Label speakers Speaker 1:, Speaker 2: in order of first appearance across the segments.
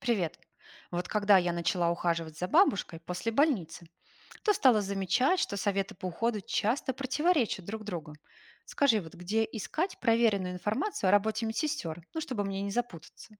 Speaker 1: Привет. Вот когда я начала ухаживать за бабушкой после больницы, то стала замечать, что советы по уходу часто противоречат друг другу. Скажи, вот где искать проверенную информацию о работе медсестер, ну, чтобы мне не запутаться?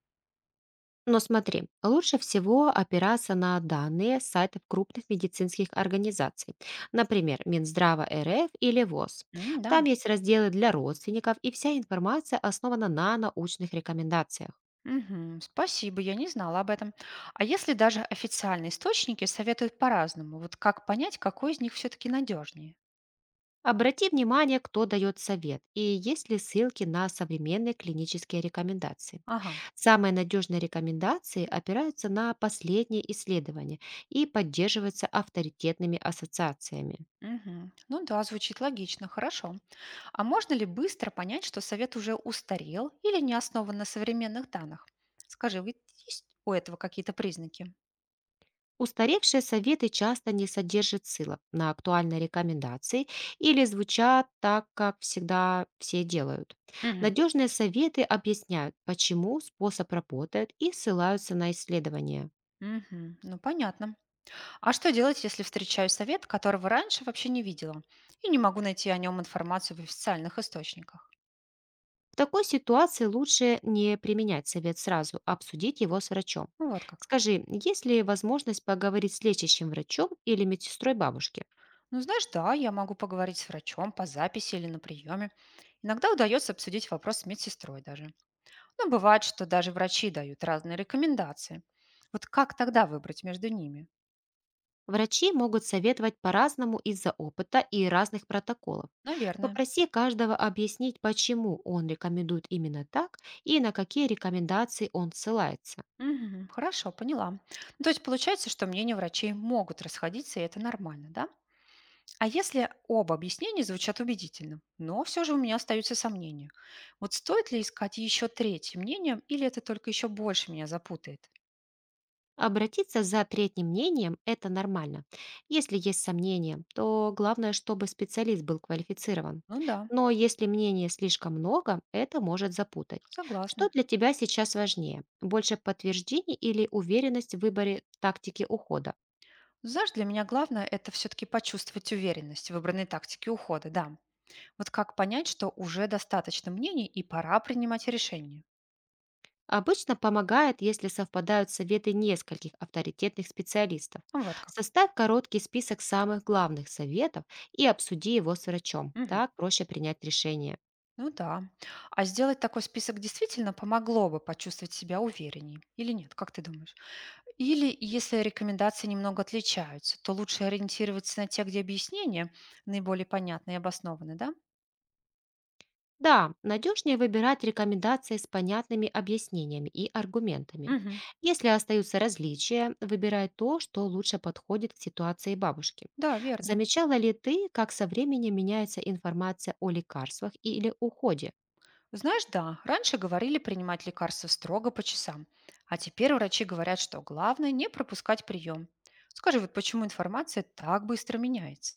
Speaker 2: Но смотри, лучше всего опираться на данные с сайтов крупных медицинских организаций, например, Минздрава РФ или ВОЗ.
Speaker 1: М, да.
Speaker 2: Там есть разделы для родственников, и вся информация основана на научных рекомендациях.
Speaker 1: Мгм, спасибо, я не знала об этом. А если даже официальные источники советуют по-разному, вот как понять, какой из них все-таки надежнее?
Speaker 2: Обрати внимание, кто дает совет и есть ли ссылки на современные клинические рекомендации.
Speaker 1: Ага.
Speaker 2: Самые надежные рекомендации опираются на последние исследования и поддерживаются авторитетными ассоциациями.
Speaker 1: Мгм. Ну да, звучит логично, хорошо. А можно ли быстро понять, что совет уже устарел или не основан на современных данных? Скажи, вот Есть у этого какие-то признаки?
Speaker 2: Устаревшие советы часто не содержат ссылок на актуальные рекомендации или звучат так, как всегда все делают.
Speaker 1: Мгм.
Speaker 2: Надежные советы объясняют, почему способ работает и ссылаются на исследования.
Speaker 1: Мгм. Ну, понятно. А что делать, если встречаю совет, которого раньше вообще не видела, и не могу найти о нем информацию в официальных источниках?
Speaker 2: В такой ситуации лучше не применять совет сразу, а обсудить его с врачом.
Speaker 1: Ну, вот как.
Speaker 2: Скажи, есть ли возможность поговорить с лечащим врачом или медсестрой бабушки?
Speaker 1: Ну, знаешь, да, я могу поговорить с врачом по записи или на приеме. Иногда удается обсудить вопрос с медсестрой даже. Но бывает, что даже врачи дают разные рекомендации. Вот как тогда выбрать между ними?
Speaker 2: Врачи могут советовать по-разному из-за опыта и разных протоколов.
Speaker 1: Наверное.
Speaker 2: Попроси каждого объяснить, почему он рекомендует именно так и на какие рекомендации он ссылается.
Speaker 1: Мгм. Хорошо, поняла. Ну, то есть получается, что мнения врачей могут расходиться, и это нормально, да? А если оба объяснения звучат убедительно, но все же у меня остаются сомнения. Вот стоит ли искать еще третье мнение, или это только еще больше меня запутает?
Speaker 2: Обратиться за третьим мнением– это нормально. Если есть сомнения, то главное, чтобы специалист был квалифицирован.
Speaker 1: Ну да,
Speaker 2: Но если мнений слишком много, это может запутать. Что
Speaker 1: согласна.
Speaker 2: для тебя сейчас важнее? Больше подтверждений или уверенность в выборе тактики ухода?
Speaker 1: Знаешь, для меня главное — это все-таки почувствовать уверенность в выбранной тактике ухода, да. Вот как понять, что уже достаточно мнений и пора принимать решение.
Speaker 2: Обычно помогает, если совпадают советы нескольких авторитетных специалистов.
Speaker 1: Вот как.
Speaker 2: Составь короткий список самых главных советов и обсуди его с врачом.
Speaker 1: Мгм.
Speaker 2: Так проще принять решение.
Speaker 1: Ну да. А сделать такой список действительно помогло бы почувствовать себя уверенней или нет, как ты думаешь? Или если рекомендации немного отличаются, то лучше ориентироваться на те, где объяснения наиболее понятны и обоснованы, да?
Speaker 2: Да, надежнее выбирать рекомендации с понятными объяснениями и аргументами.
Speaker 1: Мгм.
Speaker 2: Если остаются различия, выбирай то, что лучше подходит к ситуации бабушки.
Speaker 1: Да, верно.
Speaker 2: Замечала ли ты, как со временем меняется информация о лекарствах или уходе?
Speaker 1: Знаешь, да, раньше говорили принимать лекарства строго по часам, а теперь врачи говорят, что главное не пропускать прием. Скажи, вот почему информация так быстро меняется?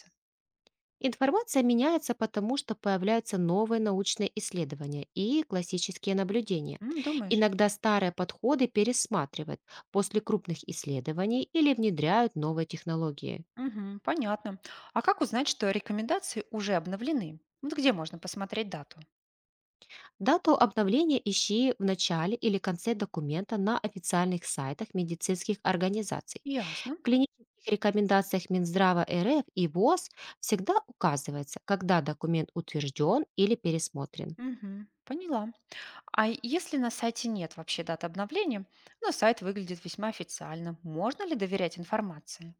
Speaker 2: Информация меняется, потому что появляются новые научные исследования и классические наблюдения.
Speaker 1: М, думаешь?
Speaker 2: Иногда старые подходы пересматривают после крупных исследований или внедряют новые технологии.
Speaker 1: Мгм. Понятно. А как узнать, что рекомендации уже обновлены? Вот где можно посмотреть дату?
Speaker 2: Дату обновления ищи в начале или конце документа на официальных сайтах медицинских организаций.
Speaker 1: Ясно.
Speaker 2: В клинических рекомендациях Минздрава РФ и ВОЗ всегда указывается, когда документ утвержден или пересмотрен.
Speaker 1: Мгм. Поняла. А если на сайте нет вообще даты обновления, но сайт выглядит весьма официально, можно ли доверять информации?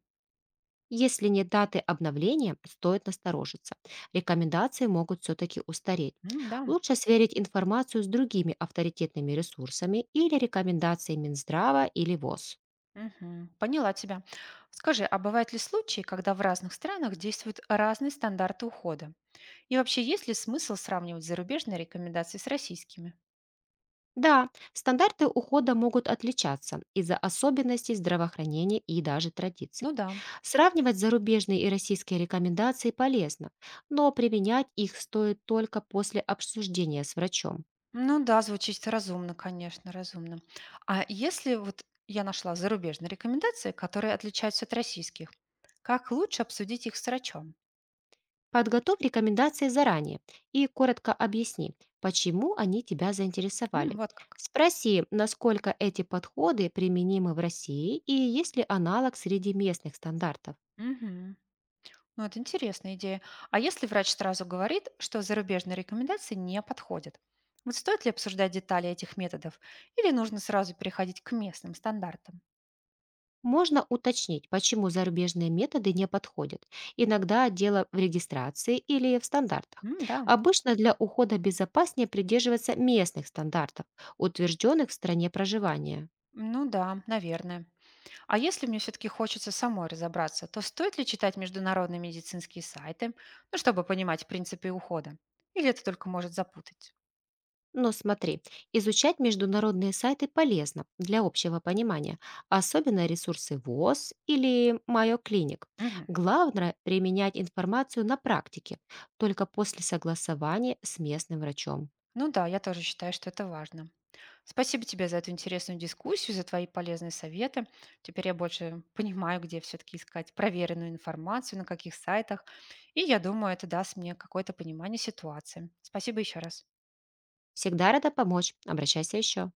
Speaker 2: Если нет даты обновления, стоит насторожиться. Рекомендации могут все-таки устареть.
Speaker 1: М, да.
Speaker 2: Лучше сверить информацию с другими авторитетными ресурсами или рекомендациями Минздрава или ВОЗ.
Speaker 1: Мгм. Поняла тебя. Скажи, а бывают ли случаи, когда в разных странах действуют разные стандарты ухода? И вообще, есть ли смысл сравнивать зарубежные рекомендации с российскими?
Speaker 2: Да, стандарты ухода могут отличаться из-за особенностей здравоохранения и даже традиций.
Speaker 1: Ну да.
Speaker 2: Сравнивать зарубежные и российские рекомендации полезно, но применять их стоит только после обсуждения с врачом.
Speaker 1: Ну да, звучит разумно, конечно, разумно. А если вот я нашла зарубежные рекомендации, которые отличаются от российских, как лучше обсудить их с врачом?
Speaker 2: Подготовь рекомендации заранее и коротко объясни, почему они тебя
Speaker 1: М,
Speaker 2: заинтересовали.
Speaker 1: вот как.
Speaker 2: Спроси, насколько эти подходы применимы в России и есть ли аналог среди местных стандартов.
Speaker 1: Мгм. Ну, это интересная идея. А если врач сразу говорит, что зарубежные рекомендации не подходят? Вот стоит ли обсуждать детали этих методов? Или нужно сразу переходить к местным стандартам?
Speaker 2: Можно уточнить, почему зарубежные методы не подходят. Иногда дело в регистрации или в стандартах.
Speaker 1: М, да.
Speaker 2: Обычно для ухода безопаснее придерживаться местных стандартов, утвержденных в стране проживания.
Speaker 1: Ну да, наверное. А если мне все-таки хочется самой разобраться, то стоит ли читать международные медицинские сайты, ну, чтобы понимать принципы ухода? Или это только может запутать?
Speaker 2: Но смотри, изучать международные сайты полезно для общего понимания, особенно ресурсы ВОЗ или Майо Клиник.
Speaker 1: Мгм.
Speaker 2: Главное– применять информацию на практике, только после согласования с местным врачом.
Speaker 1: Ну да, я тоже считаю, что это важно. Спасибо тебе за эту интересную дискуссию, за твои полезные советы. Теперь я больше понимаю, где все-таки искать проверенную информацию, на каких сайтах. И я думаю, это даст мне какое-то понимание ситуации. Спасибо еще раз.
Speaker 2: Всегда рада помочь. Обращайся еще.